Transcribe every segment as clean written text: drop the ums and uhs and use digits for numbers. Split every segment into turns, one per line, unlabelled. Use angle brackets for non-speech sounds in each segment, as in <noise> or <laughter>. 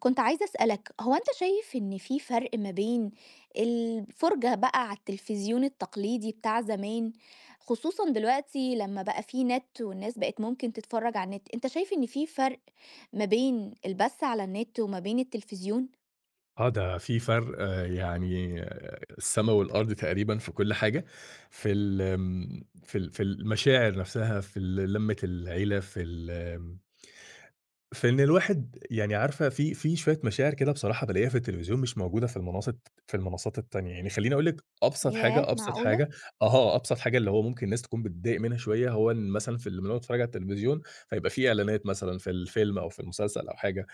كنت عايزة أسألك هو أنت شايف إن في فرق ما بين الفرجة بقى على التلفزيون التقليدي بتاع زمان، خصوصًا دلوقتي لما بقى في نت والناس بقت ممكن تتفرج على النت، أنت شايف إن في فرق ما بين البث على النت وما بين التلفزيون؟
آه، ده في فرق يعني السما والأرض تقريبًا في كل حاجة. في المشاعر نفسها، في ال لمّة العيلة. في ال آم، فإن الواحد يعني عارفة في شوية مشاعر كده بصراحة بالاقيها في التلفزيون مش موجودة في المنصات التانية. يعني خلّيني أقول لِك أبسط
ياه!
حاجة، أبسط
معقولة؟
حاجة. أها، أبسط حاجة اللي هو ممكن الناس تكون بتضايق منها شوية، هو إن مثلًا في اللي بنقعد نتفرّج على التلفزيون فيبقى في إعلانات مثلًا في الفيلم أو في المسلسل أو حاجة.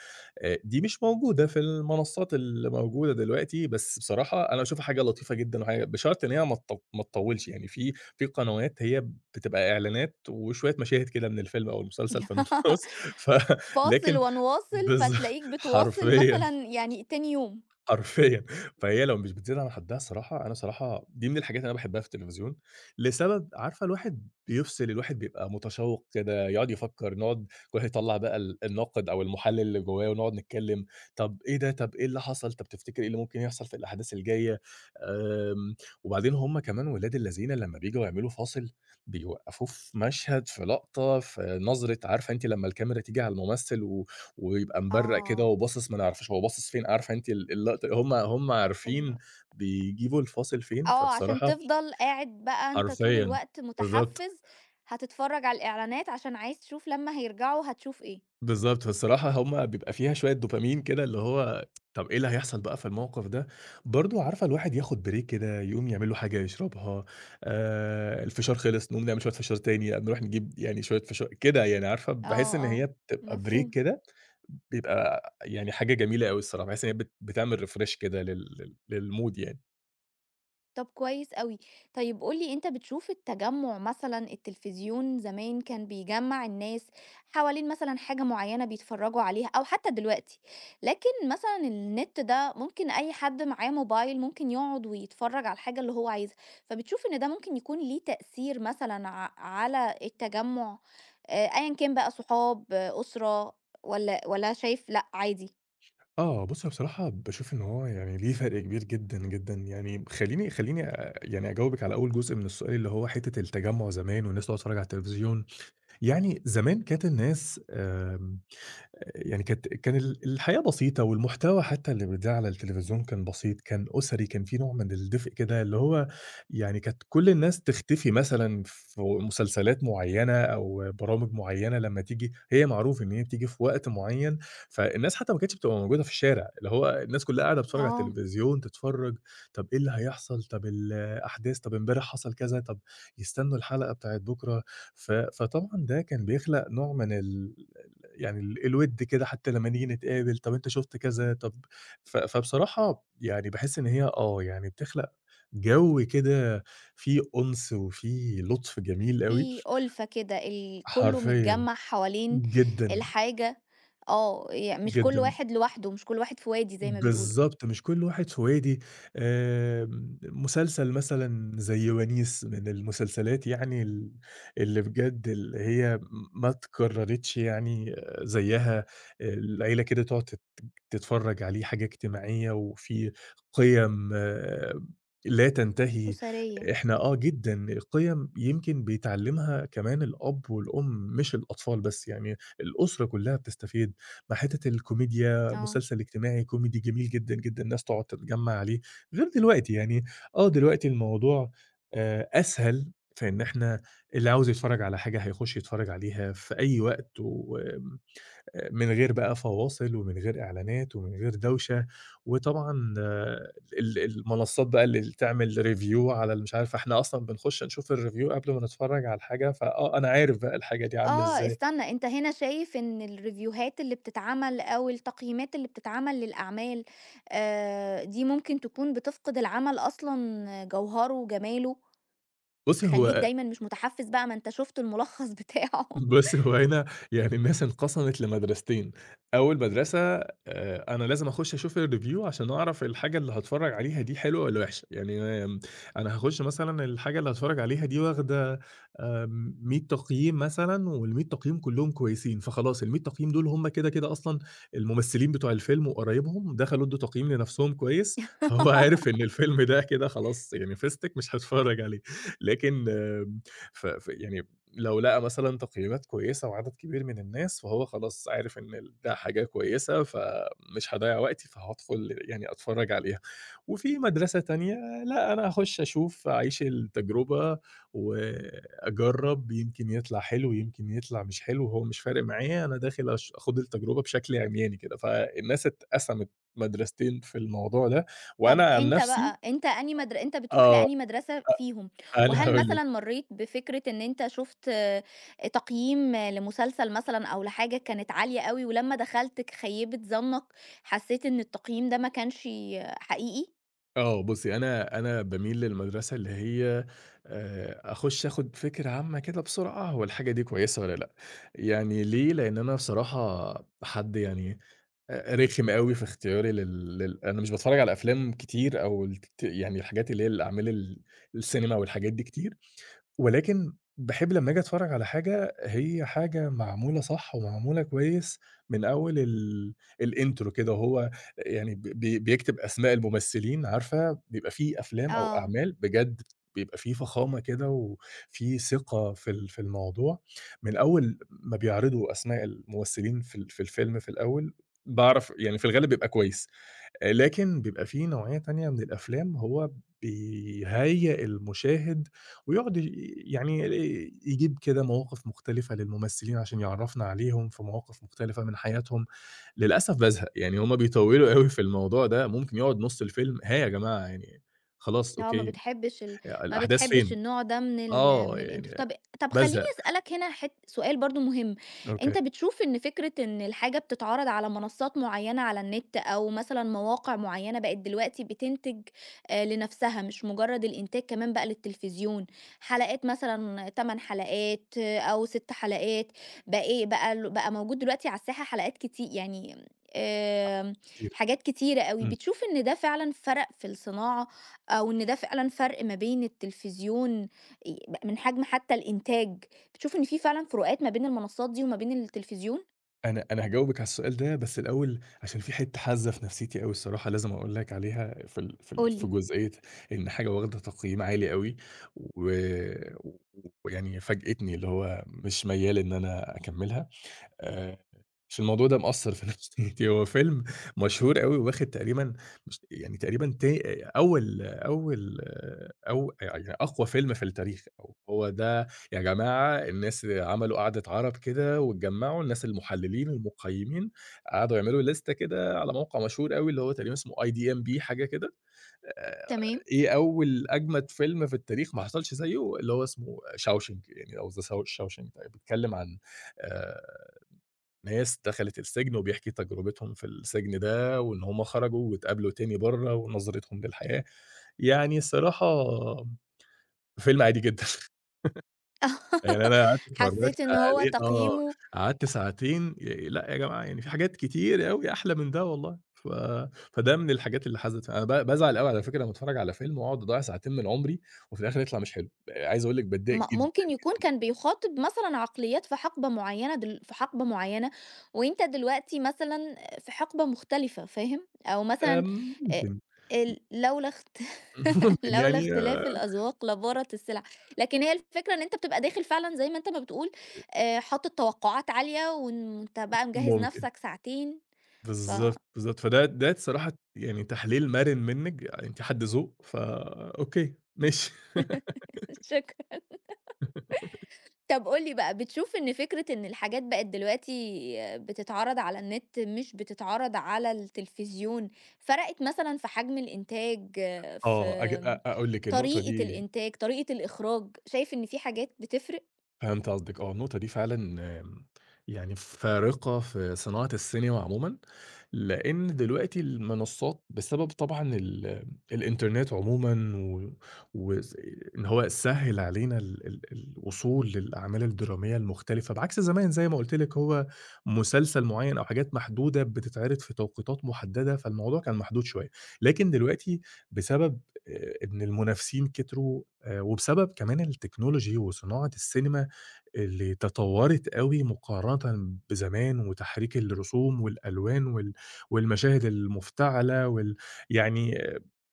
دي مش موجودة في المنصات اللي موجودة دلوقتي، بس بصراحة أنا باشوفها حاجة لطيفة جدًا وحاجة بشرط إن هي ما تطوّلش. يعني في قنوات هي بتبقى إعلانات وشوية مشاهد كده من الفيلم أو المسلسل في
<laughs>
النُص. <laughs> ف
فاصل
لكن
ونواصل
بالض
فتلاقيك
<laughs>
بتواصل
حرفيًا،
مثلًا يعني تاني يوم.
حرفيًا. فهي لو مش بتزيد عن حدها، الصراحة أنا صراحة دي من الحاجات اللي أنا باحبها في التلفزيون، لسبب عارفة الواحد بيفصل، الواحد بيبقى متشوق كده، يقعد يفكّر، نقعد كل واحد يطلّع بقى الناقد أو المحلل اللي جوّاه ونقعد نتكلّم. طب إيه ده، طب إيه اللي حصل، طب تفتكر إيه اللي ممكن يحصل في الأحداث الجاية؟ آمم، وبعدين هم كمان ولاد الذين لمّا بييجوا يعملوا فاصل، بيوقّفوه في مشهد، في لقطة، في نظرة. عارفة أنتِ لمّا الكاميرا تيجي على الممثل ويبقى مبرّق كده
آه،
وباصص، ما نعرفش هو باصص فين، عارفة أنتِ اللقطة هم عارفين
ال
بيجيبوا الفاصل فين.
آه، عشان
فبصراحة
تفضل قاعد بقى أنت طول
حرفيًا
الوقت
بالضبط،
متحفّز، هتتفرّج على الإعلانات عشان عايز تشوف لمّا هيرجعوا هتشوف إيه.
بالضبط. فالصراحة هم بيبقى فيها شوية دوبامين كده، اللي هو طَب إيه اللي هيحصل بقى في الموقف ده؟ برضه عارفة الواحد ياخد بريك كده، يقوم يعمل له حاجة يشربها. الفشار خلص، نقوم نعمل شوية فشار تاني، نروح نجيب يعني شوية فشا كده يعني عارفة،
آه،
باحس إن
آه،
هي بتبقى بريك
مفهوم.
كده. بيبقى يعني حاجة جميلة أوي الصراحة، باحس إن هي بتعمل refresh كده لل لل للMood يعني.
طب كويس أوي. طيب قُل لي، أنت بتشوف التجمُّع مثلًا، التلفزيون زمان كان بيجمّع الناس حوالين مثلًا حاجة معيّنة بيتفرّجوا عليها أو حتى دلوقتي، لكن مثلًا النت ده ممكن أي حد معاه موبايل ممكن يقعد ويتفرّج على الحاجة اللي هو عايزها، فبتشوف إن ده ممكن يكون ليه تأثير مثلًا على التجمُّع، أيًا كان بقى صحاب، آه، أسرة، والّا شايف لأ عادي؟
آه، بُص أنا بصراحة باشوف إن هو يعني ليه فرق كبير جدًا، جدًا. يعني خلّيني يعني أجاوبِك على أول جزء من السؤال اللي هو حتّة التجمُّع زمان والناس تقعد تتفرج على التلفزيون. يعني زمان كانت الناس، يعني كان الحياة بسيطة، والمحتوى حتى اللي بيتذاع على التلفزيون كان بسيط، كان أسري، كان في نوع من الدفء كده، اللي هو يعني كانت كل الناس تختفي مثلًا في مسلسلات معيّنة أو برامج معيّنة لمّا تيجي، هي معروف إن هي بتيجي في وقت معيّن. فالناس حتى ما كانتش بتبقى موجودة في الشارع، اللي هو الناس كلها قاعدة بتتفرّج على
آه.
التلفزيون، تتفرّج. طب إيه اللي هيحصل، طب الأحداث، طب امبارح حصل كذا، طب يستنوا الحلقة بتاعة بُكرة. فطبعًا ده كان بيخلق نوع من يعني الوِد كده حتى لمّا نيجي نتقابل، طَب أنت شُفت كذا، طَب. فبصراحة يعني باحس إن هي آه، يعني بتخلق جو كده فيه أُنس وفيه لطف جميل أوي.
في ألفة كده، كلّه
حرفيًا،
متجمّع حوالين
جدًا،
الحاجة. آه، مش كل
جدًا.
واحد لوحده، مش كل واحد في وادي زي ما بيقولوا.
بالضبط، مش كل واحد سويدي. مسلسل مثلًا زي ونيس من المسلسلات يعني اللي بجد اللي هي ما اتكررتش يعني، آه، زيّها. آه، العيلة كده تقعد تتفرّج عليه، حاجة اجتماعية وفي قِيَم آه، لا تنتهي.
أسرية.
إحنا آه جدًا، القِيَم يمكن بيتعلّمها كمان الأب والأم مش الأطفال بس، يعني الأسرة كلّها بتستفيد مع حتّة الكوميديا.
آه.
مسلسل اجتماعي كوميدي جميل جدًا، جدًا، الناس تقعد تتجمّع عليه. غير دلوقتي يعني، آه، دلوقتي الموضوع أسهل في إن إحنا اللي عاوز يتفرّج على حاجة هيخُش يتفرّج عليها في أي وقت من غير بقى فواصل ومن غير إعلانات ومن غير دوشة. وطبعًا آه، المنصّات بقى اللي تعمل review على اللي مش عارف، إحنا أصلًا بنخُش نشوف الreview قبل ما نتفرّج على الحاجة. فآه أنا عارف بقى الحاجة دي عاملة
آه،
إزاي.
استنى، أنت هنا شايف إن الريفيوهات اللي بتتعمل أو التقييمات اللي بتتعمل للأعمال دي ممكن تكون بتفقد العمل أصلًا جوهره وجماله،
بُصّي،
تخلّيك
هو
دايمًا مش متحفّز بقى، ما أنت شُفت الملخّص بتاعه.
هنا يعني الناس انقسمت لمدرستين. أول مدرسة، أنا لازم أخُش أشوف الreview عشان أعرف الحاجة اللي هاتفرّج عليها دي حلوة والّا وِحشة. يعني أنا هاخُش مثلًا الحاجة اللي هاتفرّج عليها دي واخدة 100 تقييم مثلًا، وال100 تقييم كلّهم كويسين، فخلاص ال100 تقييم دول هم كده، كده أصلًا الممثلين بتوع الفيلم وقرايبهم دخلوا ادّوا تقييم لنَفْسهم كويس، <laughs> فهو
<laughs>
عارف إن الفيلم ده كده خلاص يعني فِسْتِك مش هاتفرّج عليه. لكن ف ف يعني لو لقى مثلًا تقييمات كويسة وعدد كبير من الناس، فهو خلاص عارف إن ده حاجة كويسة، فمش هاضيّع وقتي، فهادخل يعني أتفرّج عليها. وفي مدرسة تانية، لأ، أنا هاخش أشوف، أعيش التجربة وأجرّب، يمكن يطلع حلو، يمكن يطلع مش حلو، هو مش فارق معايا، أنا داخل آخُد التجربة بشكل عمياني كده. فالناس اتقسمت مدرستين في الموضوع ده، وأنا
طب
عن
أنت
نَفْسي
بقى، أنت أنهي مدر أنت بتروح
آه،
لأنهي مدرسة فيهم؟
<laughs> أنا
وهل
هاقول
مثلًا
لِك.
مرّيت بفكرة إن أنت شُفت تقييم لمسلسل مثلًا أو لحاجة كانت عالية أوي، ولمّا دخلت خيّبِت ظنّك، حسّيت إن التقييم ده ما كانش حقيقي؟
آه، بُصّي، أنا باميل للمدرسة اللي هي أخُش آخُد فكرة عامة كده بسرعة هو الحاجة دي كويسة والّا لأ. يعني ليه، لإن أنا بصراحة حد يعني رخم أوي في اختياري لل لل أنا مش باتفرّج على أفلام كتير أو يعني الحاجات اللي هي الأعمال السينما والحاجات دي كتير. ولكن باحب لمّا آجي أتفرّج على حاجة، هي حاجة معمولة صح ومعمولة كويس من أول الintro كده، وهو يعني ب بي بيكتب أسماء الممثلين عارفة، بيبقى في أفلام أو
آه.
أعمال بجد بيبقى في فخامة كده وفي ثقة في الموضوع، من أول ما بيعرضوا أسماء الممثلين في الفيلم في الأول، باعرف يعني في الغالب بيبقى كويس. لكن بيبقى في نوعية تانية من الأفلام هو بيهيّأ المشاهد ويقعد يعني يجيب كده مواقف مختلفة للممثلين عشان يعرّفنا عليهم في مواقف مختلفة من حياتهم. للأسف بازهق، يعني هم بيطوّلوا أوي في الموضوع ده، ممكن يقعد نُص الفيلم، ها يا جماعة يعني خلاص
آه،
أوكي،
ما
الأحداث
بتحبش
فين؟
النوع ده من
آه،
من الintro.
يعني
طب خلّيني
بازهق.
أسألك هنا سؤال برضه مهم،
أوكي،
أنت بتشوف إن فكرة إن الحاجة بتتعرض على منصات معيّنة على النت أو مثلًا مواقع معيّنة، بقت دلوقتي بتنتج لنفسها، مش مجرّد الإنتاج كمان بقى للتلفزيون، حلقات مثلًا 8 حلقات، أو 6 حلقات، بقى إيه بقى بقى موجود دلوقتي على الساحة، حلقات يعني، آمم،
كتير.
حاجات كتيرة أوي،
إمم.
بتشوف إن ده فعلًا فرق في الصناعة، وإن ده فعلًا فرق ما بين التلفزيون آآ من حجم حتى الإنتاج، بتشوف إن في فعلًا فروقات ما بين المنصات دي وما بين التلفزيون؟
أنا هاجاوبِك على السؤال ده، بس الأول عشان في حتّة حازة في نفسيتي أوي الصراحة لازم أقول لك عليها
قُل
في
لي.
جزئية إن حاجة واخدة تقييم عالي أوي، و ويعني فاجأتني اللي هو مش ميّال إن أنا أكمّلها. آآ، مش الموضوع ده مأثّر في <laughs> نفسيتي، هو فيلم مشهور أوي وواخد تقريبًا، مش يعني تقريبًا أول، أو يعني أقوى فيلم في التاريخ، أو هو ده يا جماعة. الناس عملوا قعدة عَرَب كده واتجمّعوا، الناس المحللين المقيّمين قعدوا يعملوا ليستة كده على موقع مشهور أوي اللي هو تقريبًا اسمه IDMB حاجة كده. آآ،
تمام.
إيه أول أجمد فيلم في التاريخ ما حصلش زيه، اللي هو اسمه Shawshank يعني أو The Shawshank، بيتكلّم عن آآ ناس دخلت السجن وبيحكي تجربتهم في السجن ده، وإن هُم خرجوا واتقابلوا تاني برّه ونظرتهم للحياة. يعني الصراحة فيلم عادي جدًا. <laughs> يعني
<laughs>
أنا قعدت اتفرّجت
حسيت إن هو
عليه آه،
تقييمه
قعدت ساعتين لأ يا جماعة يعني في حاجات كتير أوي أحلى من ده والله. فده من الحاجات اللي حَزِّت، أنا بازعل أوي على فكرة لمّا اتفرّج على فيلم واقعد أضيّع ساعتين من عمري وفي الآخر يطلع مش حلو، عايز أقول لِك باتضايق
م
جدًا.
ممكن يكون كان بيخاطب مثلًا عقليات في حقبة معيّنة، في حقبة معيّنة، وأنت دلوقتي مثلًا في حقبة مختلفة، فاهم؟ أو مثلًا
آمم،
آآ
ممكن،
ال لولا اخت
<laughs>
<laughs>
ممكن
لولا
يعني
اختلاف
آه،
الأذواق لبارت السلع، لكن هي الفكرة إن أنت بتبقى داخل فعلًا زي ما أنت ما بتقول، حاطط توقعات عالية وأنت بقى مجهّز
ممكن.
نفْسك ساعتين، ف
بالضبط، بالضبط. ده الصراحة يعني تحليل مرن منِّك، يعني أنتِ حد ذوق، فأوكي، ماشي. <laughs>
<laughs> شكرًا. طب قُل لي بقى، بتشوف إن فكرة إن الحاجات بقت دلوقتي بتتعرض على النت مش بتتعرض على التلفزيون، فرقت مثلًا في حجم الإنتاج، في
آه، أج
آمم،
أ أقول لِك النقطة
طريقة
دي.
الإنتاج، طريقة الإخراج، شايف إن في حاجات بتفرق؟
فهمت قصدِك آه، النقطة دي فعلًا آمم، يعني فارقة في صناعة السينما عمومًا، لإن دلوقتي المنصات بسبب طبعًا الإنترنت عمومًا وس إن هو سهّل علينا ال ال الوصول للأعمال الدرامية المختلفة، بعكس زمان زي ما قُلت لِك هو مسلسل معيّن أو حاجات محدودة بتتعرض في توقيتات محددة، فالموضوع كان محدود شوية. لكن دلوقتي بسبب إن المنافسين كتروا، وبسبب كمان التكنولوجي وصناعة السينما اللي تطوّرت أوي مقارنةً بزمان، وتحريك الرسوم والألوان والمشاهد المفتعلة يعني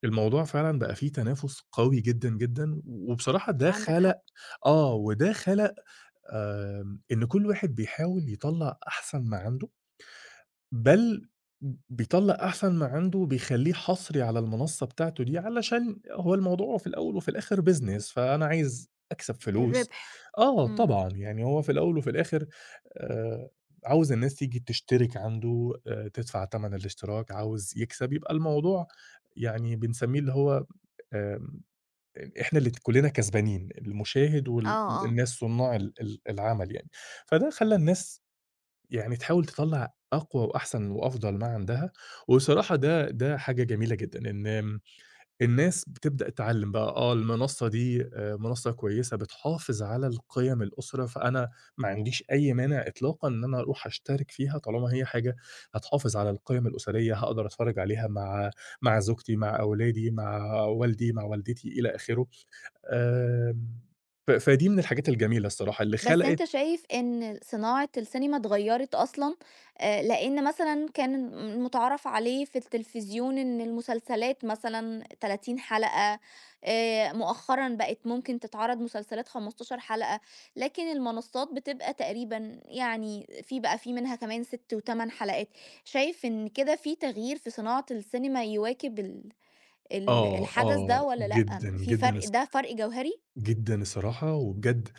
الموضوع فعلًا بقى فيه تنافس قوي جدًا، جدًا. وبصراحة ده
عندك حق.
خَلَق، آه، وده خَلَق إن كل واحد بيحاول يطلّع أحسن ما عنده، بل بيطلّع أحسن ما عنده، بيخلّيه حصري على المنصة بتاعته دي، علشان هو الموضوع في الأول وفي الآخر business، فأنا عايز أكسب فلوس.
الربح.
آه
إمم.
طبعًا، يعني هو في الأول وفي الآخر آآ، عاوز الناس تيجي تشترك عنده، تدفع تمن الاشتراك، عاوز يكسب، يبقى الموضوع يعني بنسميه اللي هو آمم، إحنا اللي كلّنا كسبانين، المشاهد
آه، آه.
الناس صُنّاع ال ال العمل يعني. فده خلّى الناس يعني تحاول تطلّع أقوى وأحسن وأفضل ما عندها، وبصراحة ده حاجة جميلة جدًا، إن الناس بتبدأ تتعلّم بقى آه، المنصة دي منصة كويسة بتحافظ على القيم الأسرة، فأنا ما عنديش أي مانع إطلاقًا إن أنا أروح أشترك فيها طالما هي حاجة هتحافظ على القيم الأسرية، هاقدر أتفرّج عليها مع زوجتي، مع أولادي، مع والدي، مع والدتي، إلى آخره. آمم، فدي من الحاجات الجميلة الصراحة اللي
بس
خلقت.
أنت شايف إن صناعة السينما اتغيّرت أصلًا، لإن مثلًا كان المُتعارف عليه في التلفزيون إن المسلسلات مثلًا 30 حلقة، مؤخرًا بقت ممكن تتعرض مسلسلات 15 حلقة، لكن المنصات بتبقى تقريبًا يعني في منها كمان 6 و8 حلقات، شايف إن كده في تغيير في صناعة السينما يواكب ال ال
آه،
الحدث ده
آه،
والّا لأ،
جدًا،
في
جدًا
فرق ده فرق جوهري؟
جدًا الصراحة، وبجد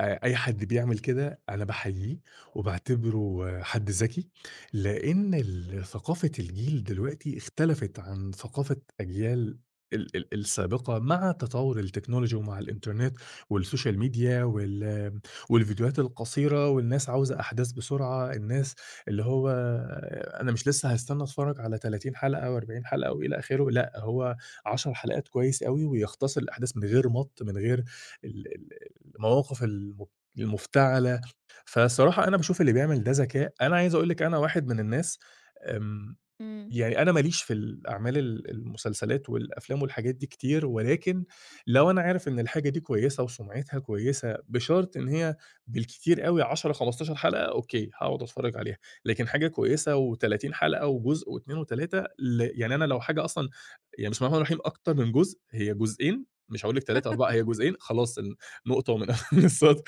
أي حد بيعمل كده أنا باحييه وباعتبره حد ذكي، لإن ثقافة الجيل دلوقتي اختلفت عن ثقافة أجيال ال ال السابقة مع تطور التكنولوجي ومع الإنترنت والسوشيال ميديا والفيديوهات القصيرة والناس عاوزة أحداث بسرعة. الناس اللي هو آه، أنا مش لسه هاستنى أتفرج على 30 حلقة و40 حلقة وإلى آخره، لأ هو 10 حلقات كويس أوي ويختصر الأحداث من غير مَط، من غير ال ال المواقف المفتعلة. فالصراحة أنا باشوف اللي بيعمل ده ذكاء، أنا عايز أقول لِك أنا واحد من الناس آمم
إمم.
يعني أنا ما ليش في الأعمال المسلسلات والأفلام والحاجات دي كتير، ولكن لو أنا عارف إن الحاجة دي كويسة وسُمعتها كويسة بشرط إن هي بالكتير أوي 10، 15 حلقة أوكي، هاقعد أتفرّج عليها، لكن حاجة كويسة و30 حلقة وجزء و2 و3 يعني أنا لو حاجة أصلًا يعني بسم الله الرحمن الرحيم أكتر من جزء، هي جزئين مش هاقول لِك 3، 4، هي جزئين خلاص. نقطة ومن <laughs> أول السطر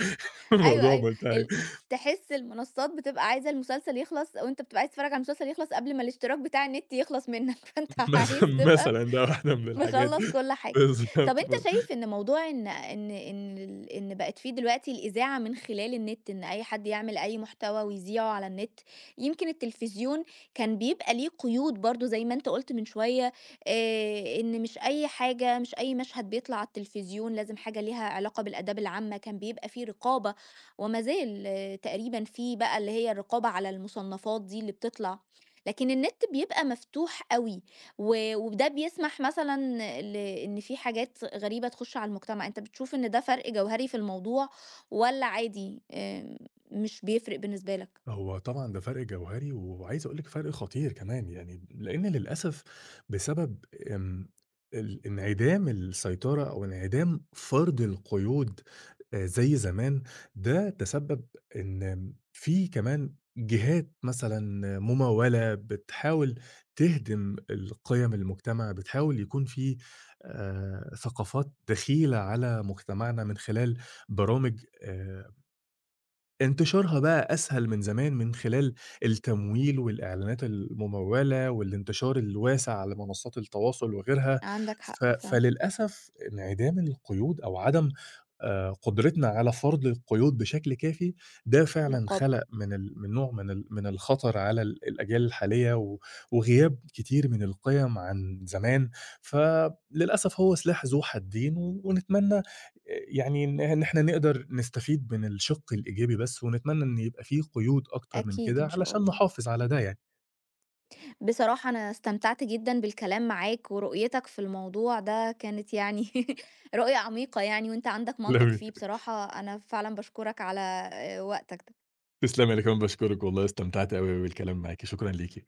أيوه،
الموضوع
أيوه،
منتهي.
ال تحس المنصات بتبقى عايزة المسلسل يخلص وأنت بتبقى عايز تتفرّج على المسلسل يخلص قبل ما الاشتراك بتاع النت يخلص منّك، <laughs> فأنت
<laughs>
عايز تبقى
مثلًا ده واحدة من الحاجات
مخلّص كل حاجة. طَب
بالضبط.
أنت شايف إن موضوع إن بقت في دلوقتي الإذاعة من خلال النت، إن أي حد يعمل أي محتوى ويذيعه على النت، يمكن التلفزيون كان بيبقى ليه قيود برضه زي ما أنت قُلت من شوية، إن مش أي حاجة، مش أي مشهد بيطلع على التلفزيون، لازم حاجة ليها علاقة بالآداب العامة، كان بيبقى في رقابة، وما زال تقريبًا في بقى اللي هي الرقابة على المُصنّفات دي اللي بتطلع، لكن النت بيبقى مفتوح أوي. وده بيسمح مثلًا إن في حاجات غريبة تخُش على المجتمع، أنت بتشوف إن ده فرْق جوهري في الموضوع والّا عادي، مش بيفرق بالنسبة لك؟
هو طبعًا ده فرق جوهري، وعايز أقول لِك فرق خطير كمان يعني، لإن للأسف بسبب آمم انعدام السيطرة أو انعدام فرض القيود زي زمان، ده تسبب إن في كمان جهات مثلًا ممولة بتحاول تهدم القيم المجتمع، بتحاول يكون في ثقافات دخيلة على مجتمعنا من خلال برامج انتشارها بقى أسهل من زمان من خلال التمويل والإعلانات الممولة والانتشار الواسع على منصات التواصل وغيرها.
عندك حق فعلًا.
فللأسف انعدام القيود أو عدم قدرتنا على فرض القيود بشكل كافي، ده فعلًا
الرقابة.
خلق من نوع من الخطر على الأجيال الحالية وغياب كتير من القيم عن زمان. فللأسف هو سلاح ذو حدين، و... ونتمنى يعني إن إن إحنا نقدر نستفيد من الشِق الإيجابي بس، ونتمنى إن يبقى في قيود أكتر من
أكيد
كده
إن شاء
علشان
الله.
نحافظ على ده يعني.
بصراحة أنا استمتعت جدًا بالكلام معاك، ورؤيتك في الموضوع ده كانت يعني <laughs> رؤية عميقة يعني، وأنت عندك
<laughs>
منطق
لمي،
فيه، بصراحة أنا فعلًا باشكرك على وقتك ده.
تسلمي، أنا كمان باشكرِك والله استمتعت أوي بالكلام معاكِ، شكرًا ليكِ.